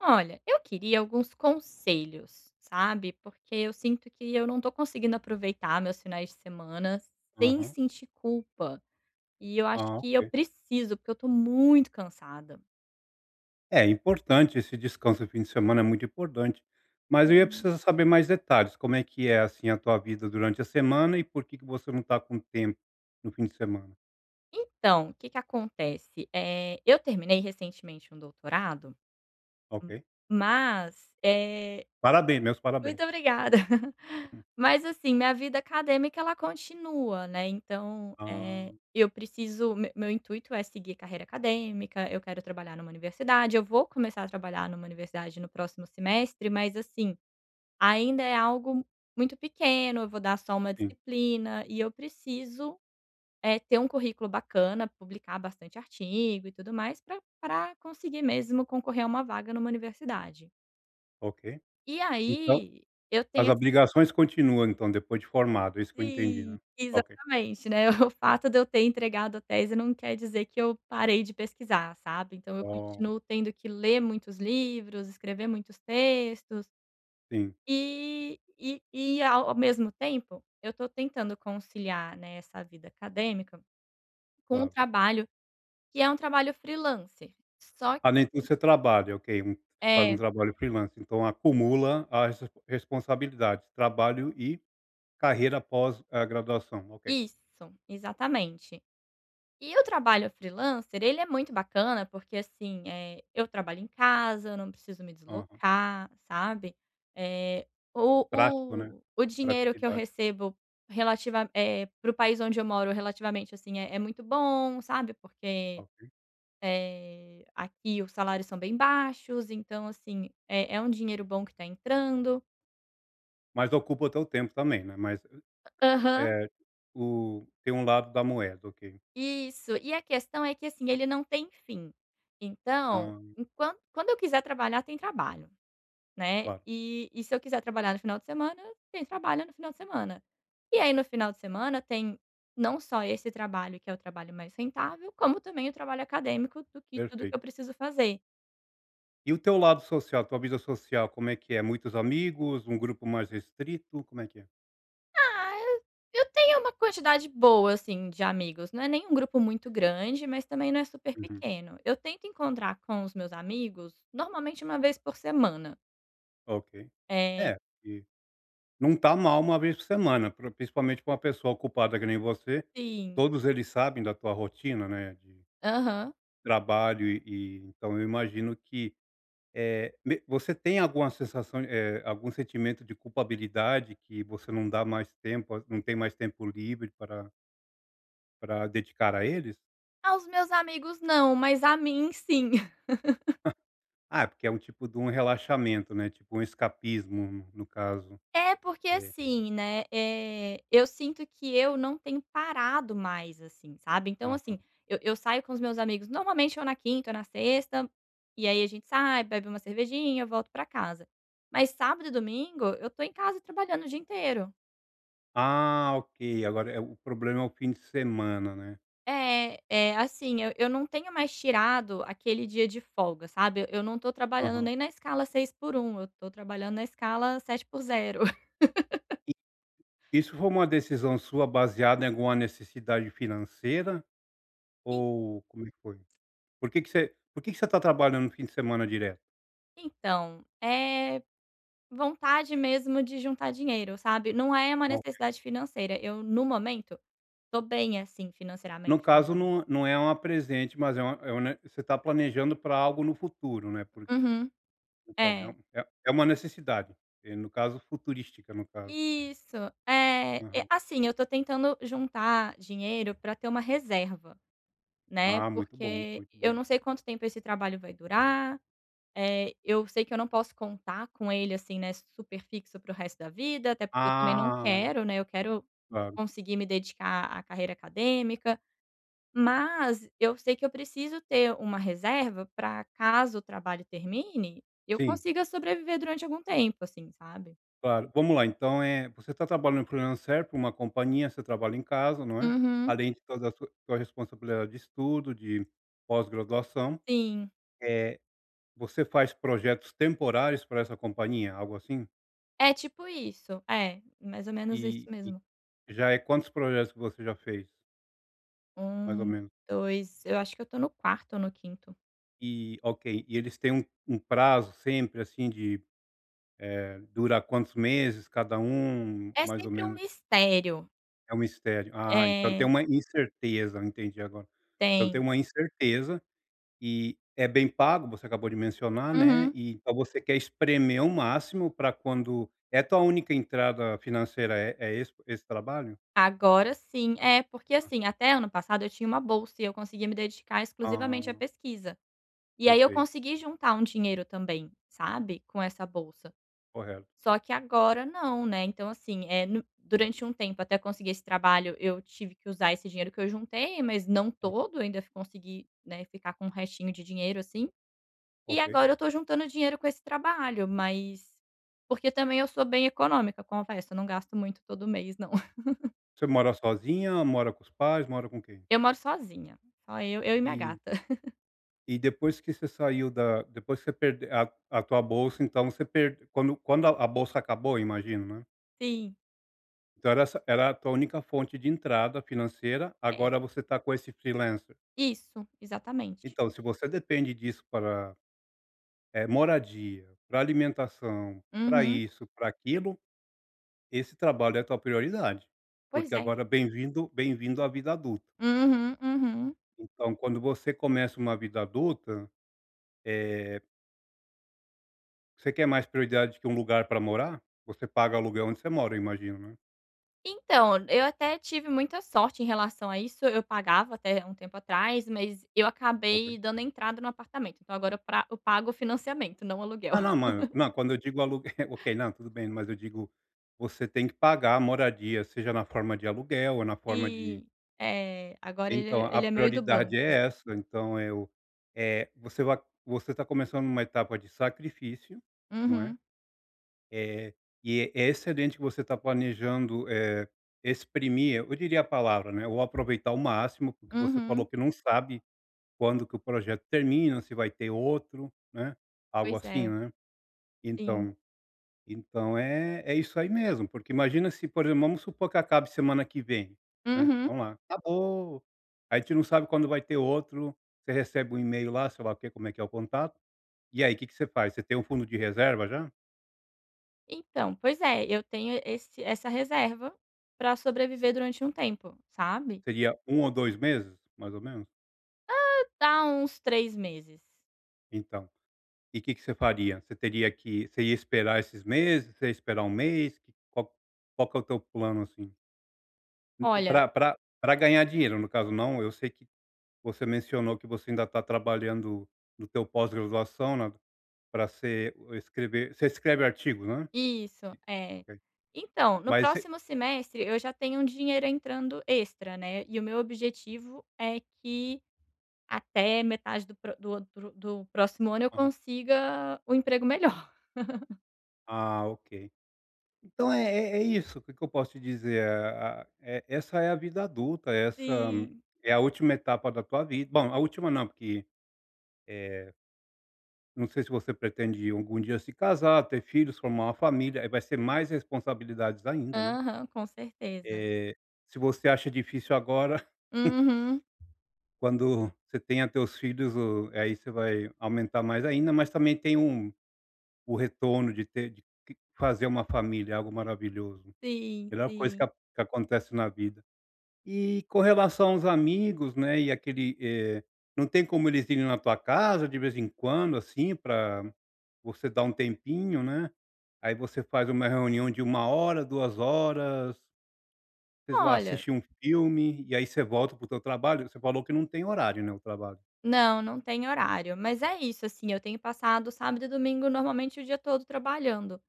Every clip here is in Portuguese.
Olha, eu queria alguns conselhos, sabe? Porque eu sinto que eu não tô conseguindo aproveitar meus finais de semana sem Aham. sentir culpa. E eu acho Ah, que eu ok. preciso, porque eu tô muito cansada. É importante esse descanso no fim de semana, é muito importante. Mas eu ia Uhum. precisar saber mais detalhes, como é que é, assim, a tua vida durante a semana e por que que você não está com tempo no fim de semana. Então, o que que acontece? Eu terminei recentemente um doutorado, Ok. hum, mas, Parabéns, meus parabéns. Muito obrigada. Mas assim, minha vida acadêmica ela continua, né, então, Ah, eu preciso me meu intuito é seguir carreira acadêmica, eu quero trabalhar numa universidade, eu vou começar a trabalhar numa universidade no próximo semestre, mas assim, ainda é algo muito pequeno, eu vou dar só uma sim, disciplina e eu preciso, ter um currículo bacana, publicar bastante artigo e tudo mais para conseguir mesmo concorrer a uma vaga numa universidade. ok. E Então, aí, eu as tenho. obrigações continuam, então, depois de formado, é isso que eu entendi, Sim, né. Ok. exatamente, né. O fato de eu ter entregado a tese não quer dizer que eu parei de pesquisar, sabe. Então eu Oh, continuo tendo que ler muitos livros, escrever muitos textos, sim, e ao mesmo tempo, eu estou tentando conciliar, né, essa vida acadêmica com o claro. trabalho, que é um trabalho freelancer. Só que Ah, nem tudo você trabalha, ok, você faz um é, trabalho freelance, então acumula as responsabilidades, trabalho e carreira após a graduação, ok. isso, exatamente. E o trabalho freelancer, ele é muito bacana, porque assim, eu trabalho em casa, eu não preciso me Aham. deslocar, sabe. Eh, o Prático, né. o o dinheiro que eu Praticidade, recebo relativa para o país onde eu moro, relativamente, assim, é muito bom, sabe, porque, ok. Aqui os salários são bem baixos, então, assim, é um dinheiro bom que tá entrando. Mas ocupa o teu tempo também, né, mas, Aham, eh, o tem um lado da moeda, ok. isso. E a questão é que, assim, ele não tem fim. Então, Ah, enquan quando eu quiser trabalhar, tem trabalho. Né, claro, e se eu quiser trabalhar no final de semana, tem trabalho no final de semana. E aí no final de semana tem não só esse trabalho que é o trabalho mais rentável, como também o trabalho acadêmico do que tudo que perfeito. eu preciso fazer. E o teu lado social, tua vida social, como é que é? Muitos amigos, um grupo mais restrito, como é que é? Ah, eu tenho uma quantidade boa, assim, de amigos, não é nem um grupo muito grande, mas também não é super Uhum, pequeno. Eu tento encontrar com os meus amigos normalmente uma vez por semana. ok. É, É, e não tá mal uma vez por semana, pra principalmente para uma pessoa ocupada que nem você, sim. todos eles sabem da tua rotina, né, de Aham. trabalho e então eu imagino que Eh, me você tem alguma sensação, algum sentimento de culpabilidade que você não tem mais tempo livre para dedicar a eles? Aos meus amigos não, mas a mim sim. Ah, porque é um tipo de um relaxamento, né, tipo um escapismo no caso. É, porque É. assim, né, eu sinto que eu não tenho parado mais, assim, sabe. Então Aham. assim, eu saio com os meus amigos, normalmente ou na quinta ou na sexta, e aí a gente sai, bebe uma cervejinha, eu volto pra casa. Mas sábado e domingo eu tô em casa trabalhando o dia inteiro. Ah, ok, agora o problema é o fim de semana, né. É, é assim, eu não tenho mais tirado aquele dia de folga, sabe. Eu não tô trabalhando Aham. nem na escala 6 por um, eu tô trabalhando na escala sete por zero. E isso foi uma decisão sua baseada em alguma necessidade financeira En ou como é que foi? Por que que você está trabalhando no fim de semana direto? Então, é. Vontade mesmo de juntar dinheiro, sabe. Não é uma necessidade financeira, eu no momento tô bem, assim, No financeiramente caso falando. Não é uma presente, mas é uma ne você está planejando para algo no futuro, né, por Uhum. então é um É. É uma necessidade, no caso futurística, no caso. Isso. É, e Aham. assim, eu tô tentando juntar dinheiro pra ter uma reserva, né, Ah, muito bom, porque muito eu bom. não sei quanto tempo esse trabalho vai durar, eu sei que eu não posso contar com ele, assim, né, super fixo para o resto da vida, até porque eu também não Ah, olha, quero, né, eu quero claro. conseguir me dedicar à carreira acadêmica. Mas eu sei que eu preciso ter uma reserva para caso o trabalho termine, eu Sim, consiga sobreviver durante algum tempo, assim, sabe. claro. Vamos lá, então, você está trabalhando para freelancer para uma companhia, você trabalha em casa, não é, Uhum. além de toda a sua sua responsabilidade de estudo, de pós-graduação. Sim. é Você faz projetos temporários para essa companhia, algo assim? É tipo isso. É, mais ou menos isso E e mesmo. Já é quantos projetos que você já fez, mais ou Um, menos? dois, eu acho que eu tô no quarto ou no quinto. E ok, e eles têm um prazo sempre, assim, de, dura quantos meses cada um, É mais ou sempre um menos? mistério. É um mistério. Ah, então É, tem uma incerteza, eu entendi agora. Então tem tem. uma incerteza e é bem pago, você acabou de mencionar, né, Uhum. e então você quer espremer o máximo para quando tua única entrada financeira é esse trabalho? Agora sim. É, porque assim, até ano passado eu tinha uma bolsa e eu conseguia me dedicar exclusivamente à Ah, pesquisa. E aí eu perfeito, consegui juntar um dinheiro também, sabe, com essa bolsa. correto. Só que agora não, né, então assim, é no durante um tempo até conseguir esse trabalho, eu tive que usar esse dinheiro que eu juntei, mas não Hum, todo, ainda consegui, né, ficar com um restinho de dinheiro, assim. E ok. agora eu tô juntando dinheiro com esse trabalho, mas porque também eu sou bem econômica, confesso, eu não gasto muito todo mês não. Você mora sozinha, mora com os pais, mora com quem? Eu moro sozinha, só eu e minha E gata. Depois que você perde a tua bolsa, então você perde quando a bolsa acabou, imagino, né. Sim, Então era essa era a tua única fonte de entrada financeira, é. agora você está com esse freelancer. Isso, exatamente. Então se você depende disso para, moradia, para alimentação, para Uhum. isso, para aquilo, esse trabalho é a tua prioridade, Pois porque é. agora bem-vindo à vida adulta. Uhum, uhum. Então quando você começa uma vida adulta, eh você quer mais prioridade que um lugar para morar? Você paga aluguel onde você mora, eu imagino, né? Então, eu até tive muita sorte em relação a isso, eu pagava até um tempo atrás, mas eu Ok. acabei dando entrada no apartamento, então agora eu pra eu pago o financiamento, não o aluguel. Não, não, mano, não, quando eu digo aluguel, ok, não, tudo bem, mas eu digo, você tem que pagar a moradia, seja na forma de aluguel ou na forma de Sim, é, agora ele então, é a ele é meu e do prioridade banco. é essa, então eu você vai você está começando uma etapa de sacrifício, não é? Uhum, É e é excelente que você está planejando, exprimir, eu diria a palavra, né, ou aproveitar o máximo, porque você falou uhum, que não sabe quando que o projeto termina, se vai ter outro, né, algo pois assim, é, né. sim. Então então é é isso aí mesmo, porque imagina se, por exemplo, vamos supor que acabe semana que vem, né, Uhum. vamos lá, acabou, a gente não sabe quando vai ter outro, você recebe um e-mail lá, sei lá o quê, como é que é o contato, e aí o que que você faz? Você tem um fundo de reserva já? Então, pois é, eu tenho esse essa reserva pra Se sobreviver durante um tempo, sabe. seria um ou 2 meses, mais ou menos? Dá uns 3 meses. Então, e o que que você faria? Você teria que você ia esperar esses meses, você ia esperar um mês, que qual que é o teu plano, assim? Olha. Para ganhar dinheiro, no caso, não. Eu sei que você mencionou que você ainda está trabalhando no teu pós-graduação, né, pra ser escrever você escreve artigos, né? Isso, é. Ok. Então, no Mas você próximo semestre eu já tenho um dinheiro entrando extra, né, e o meu objetivo é que até metade do pro do outro do próximo ano eu aham. consiga um emprego melhor. Ah, ok. Então é é é isso, o que que eu posso te dizer? A É essa é a vida adulta, essa Sim. é a última etapa da tua vida. Bom, a última não, porque, eh, não sei se você pretende algum dia se casar, ter filhos, formar uma família, aí vai ser mais responsabilidades ainda, né? Aham, com certeza. Eh, se você acha difícil agora, Uhum. quando você tenha teus filhos, o aí você vai aumentar mais ainda, mas também tem um o retorno de ter de que fazer uma família, é algo maravilhoso. Sim, Melhor coisa sim. Que acontece na vida. E com relação aos amigos, né, e aquele, não tem como eles irem na tua casa de vez em quando, assim, para você dar um tempinho, né, aí você faz uma reunião de uma hora, 2 horas? Sei lá, Olha, assistir um filme e aí você volta pro o teu trabalho, você falou que não tem horário, né, o trabalho. não, não tem horário, mas é isso, assim, eu tenho passado sábado e domingo normalmente o dia todo trabalhando.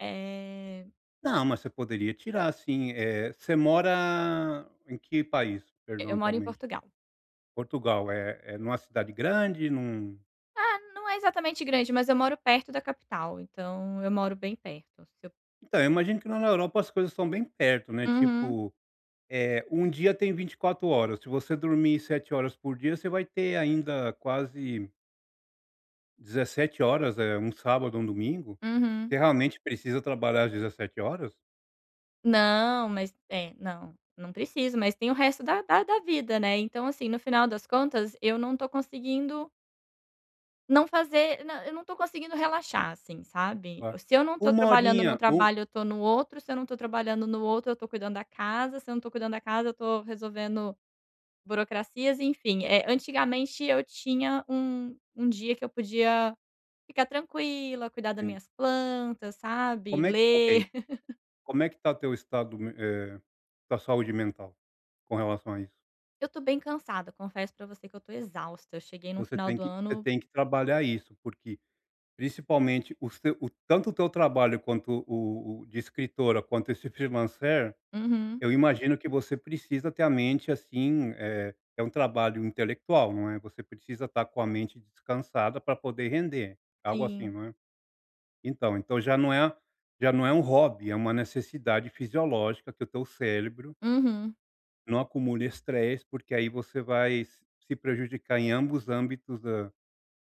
Eh, Não, mas você poderia tirar assim você mora em que país? Perdão, eu moro em atualmente. Portugal. Portugal, é é numa cidade grande, num Ah, não é exatamente grande, mas eu moro perto da capital, então eu moro bem perto. Se eu. então, eu imagino que lá na Europa as coisas são bem perto, né, Uhum, tipo, um dia tem 24 horas, se você dormir 7 horas por dia, você vai ter ainda quase 17 horas, é um sábado, um domingo. uhum. Você realmente precisa trabalhar às 17 horas? Não, mas é, não, não preciso, mas tem o resto da vida, né. Então, assim, no final das contas, eu não tô conseguindo não fazer não, eu não tô conseguindo relaxar, assim, sabe. Claro. Se eu não tô 1 trabalhando num horinha, um, trabalho, eu tô no outro, se eu não tô trabalhando no outro, eu tô cuidando da casa, se eu não tô cuidando da casa, eu tô resolvendo burocracias, enfim. Antigamente eu tinha um dia que eu podia ficar tranquila, cuidar das sim. minhas plantas, sabe, Como é ok, ler. como é que tá teu estado me tua saúde mental com relação a isso? Eu tô bem cansada, confesso pra você que eu tô exausta, eu cheguei no final do Você ano. tem que trabalhar isso, porque principalmente o tanto o teu trabalho quanto o de escritora, quanto esse freelancer, Uhum, eu imagino que você precisa ter a mente, assim, é um trabalho intelectual, não é, você precisa estar com a mente descansada para poder render, algo assim, sim, não é? Então já não é um hobby, é uma necessidade fisiológica que o teu cérebro uhum, não acumule estresse, porque aí você vai s se prejudicar em ambos os âmbitos da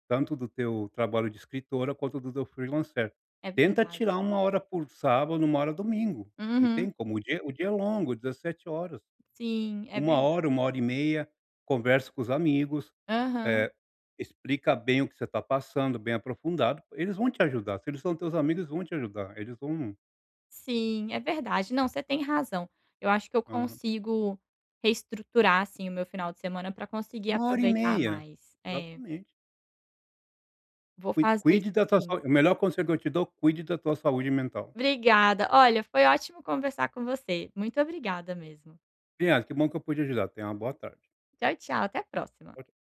tanto do teu trabalho de escritora quanto do teu freelancer. é Tenta verdade. tirar uma hora por sábado, 1 hora domingo, não Uhum, tem como, o dia é longo, 17 horas. sim, é Uma verdade. hora e meia, conversa com os amigos, Aham, eh, explica bem o que você está passando, bem aprofundado, eles vão te ajudar, se eles são teus amigos, vão te ajudar, eles vão sim, é verdade. Não, você tem razão. Eu acho que eu aham. consigo reestruturar, assim, o meu final de semana pra conseguir 1 hora e aproveitar meia, mais. É, exatamente. vou fazer Cuide da isso tua sim. saúde. O melhor conselho que eu te dou, cuide da tua saúde mental. Obrigada, olha, foi ótimo conversar com você, muito obrigada mesmo. Bem, ah, que bom que eu pude ajudar. Tenha uma boa tarde. Tchau, tchau. Até a próxima. Tchau.